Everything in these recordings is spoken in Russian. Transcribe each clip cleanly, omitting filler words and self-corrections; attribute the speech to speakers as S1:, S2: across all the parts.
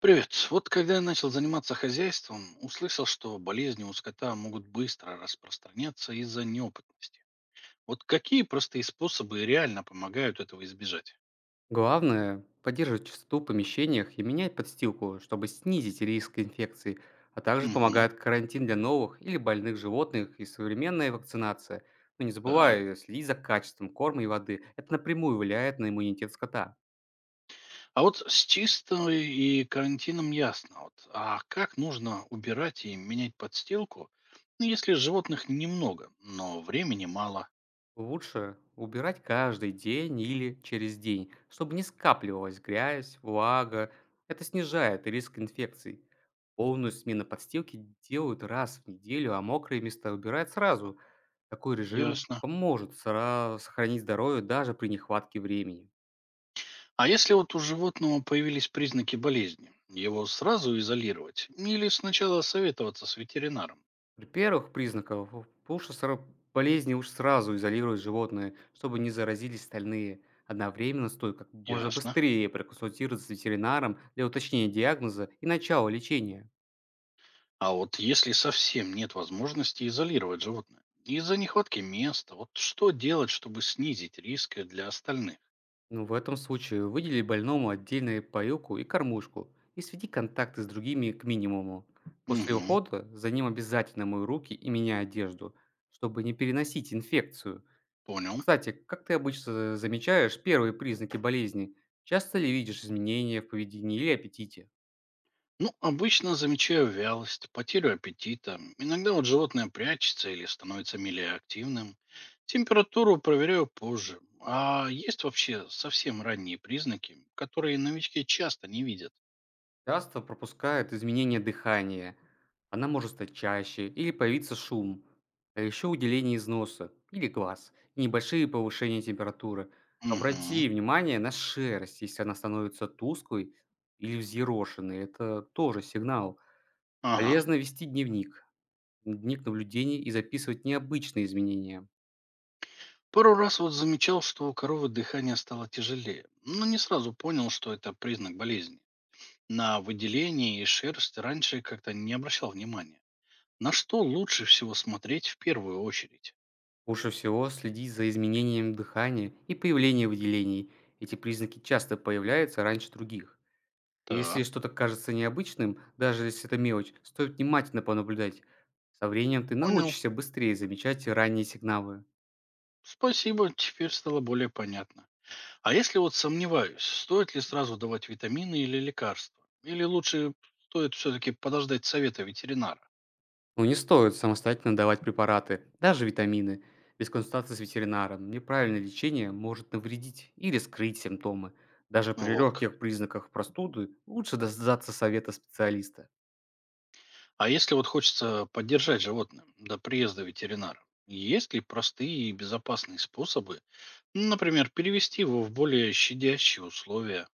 S1: Привет. Вот когда я начал заниматься хозяйством, услышал, что болезни у скота могут быстро распространяться из-за неопытности. Вот какие простые способы реально помогают этого избежать?
S2: Главное– поддерживать чистоту в помещениях и менять подстилку, чтобы снизить риск инфекций, а также
S1: Угу.
S2: помогает карантин для новых или больных животных и современная вакцинация. Но не
S1: Так.
S2: забывай следить за качеством корма и воды. Это напрямую влияет на иммунитет скота.
S1: А вот с чистой и карантином ясно. Вот. А как нужно убирать и менять подстилку, ну, если животных немного, но времени мало?
S2: Лучше убирать каждый день или через день, чтобы не скапливалась грязь, влага. Это снижает риск инфекций. Полную смену подстилки делают раз в неделю, а мокрые места убирают сразу. Такой режим
S1: Ясно.
S2: поможет сохранить здоровье даже при нехватке времени.
S1: А если вот у животного появились признаки болезни, его сразу изолировать или сначала советоваться с ветеринаром?
S2: При первых признаках болезни уж сразу изолировать животное, чтобы не заразились остальные. Одновременно стоит как можно
S1: Ясно.
S2: быстрее проконсультироваться с ветеринаром для уточнения диагноза и начала лечения.
S1: А вот если совсем нет возможности изолировать животное, из-за нехватки места, вот что делать, чтобы снизить риск для остальных?
S2: Но в этом случае выдели больному отдельную поилку и кормушку и сведи контакты с другими к минимуму. После
S1: Угу,
S2: ухода за ним обязательно мой руки и меняй одежду, чтобы не переносить инфекцию.
S1: понял.
S2: Кстати, как ты обычно замечаешь первые признаки болезни? Часто ли видишь изменения в поведении или аппетите?
S1: Ну, обычно замечаю вялость, потерю аппетита. Иногда вот животное прячется или становится менее активным. Температуру проверяю позже. А есть вообще совсем ранние признаки, которые новички часто не видят?
S2: Часто пропускают изменения дыхания. Она может стать чаще или появиться шум. А еще уделение из носа или глаз. И небольшие повышения температуры.
S1: Угу,
S2: Обрати внимание на шерсть, если она становится тусклой или взъерошенной. Это тоже сигнал.
S1: ага.
S2: Полезно вести дневник. Дневник наблюдений и записывать необычные изменения.
S1: Пару раз вот замечал, что у коровы дыхание стало тяжелее, но не сразу понял, что это признак болезни. На выделение и шерсть раньше как-то не обращал внимания. На что лучше всего смотреть в первую очередь?
S2: Лучше всего следить за изменением дыхания и появлением выделений. Эти признаки часто появляются раньше других. Если
S1: Так,
S2: что-то кажется необычным, даже если это мелочь, стоит внимательно понаблюдать. Со временем ты
S1: понял.
S2: научишься быстрее замечать ранние сигналы.
S1: Спасибо, теперь стало более понятно. А если вот сомневаюсь, стоит ли сразу давать витамины или лекарства? Или лучше стоит все-таки подождать совета ветеринара?
S2: Но не стоит самостоятельно давать препараты, даже витамины. Без консультации с ветеринаром неправильное лечение может навредить или скрыть симптомы. Даже при
S1: Вот как.
S2: легких признаках простуды лучше дождаться совета специалиста.
S1: А если вот хочется поддержать животное до приезда ветеринара, есть ли простые и безопасные способы? Ну, например, перевести его в более щадящие условия?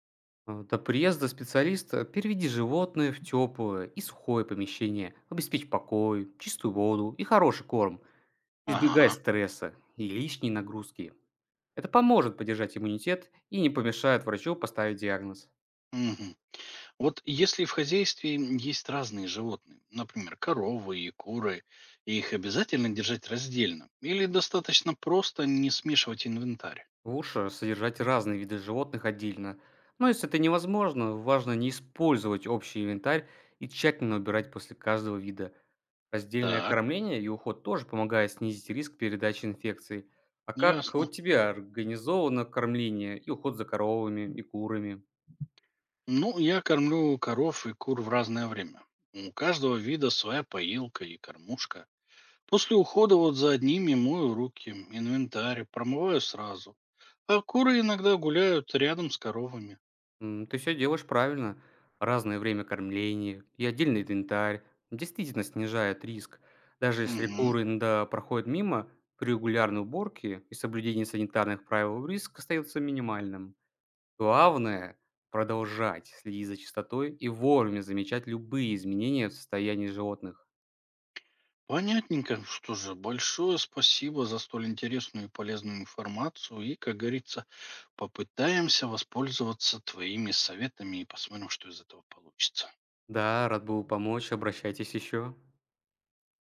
S2: До приезда специалиста переведи животное в теплое и сухое помещение, обеспечь покой, чистую воду и хороший корм, избегай
S1: Ага.
S2: стресса и лишней нагрузки. Это поможет поддержать иммунитет и не помешает врачу поставить диагноз.
S1: Мгм. Вот если в хозяйстве есть разные животные, например, коровы и куры, их обязательно держать раздельно или достаточно просто не смешивать инвентарь?
S2: Лучше содержать разные виды животных отдельно, но если это невозможно, важно не использовать общий инвентарь и тщательно убирать после каждого вида. Раздельное
S1: Так,
S2: кормление и уход тоже помогает снизить риск передачи инфекций. А как у
S1: ясно.
S2: тебя организовано кормление и уход за коровами и курами?
S1: Ну, я кормлю коров и кур в разное время. У каждого вида своя поилка и кормушка. После ухода вот за одними мою руки, инвентарь, промываю сразу. А куры иногда гуляют рядом с коровами.
S2: Ты все делаешь правильно. Разное время кормления и отдельный инвентарь действительно снижает риск. Даже если
S1: Мгм.
S2: куры иногда проходят мимо, при регулярной уборке и соблюдении санитарных правил риск остается минимальным. Главное– продолжать следить за чистотой и вовремя замечать любые изменения в состоянии животных.
S1: Понятненько. Что же, большое спасибо за столь интересную и полезную информацию. И, как говорится, попытаемся воспользоваться твоими советами и посмотрим, что из этого получится.
S2: Да, рад был помочь, обращайтесь еще.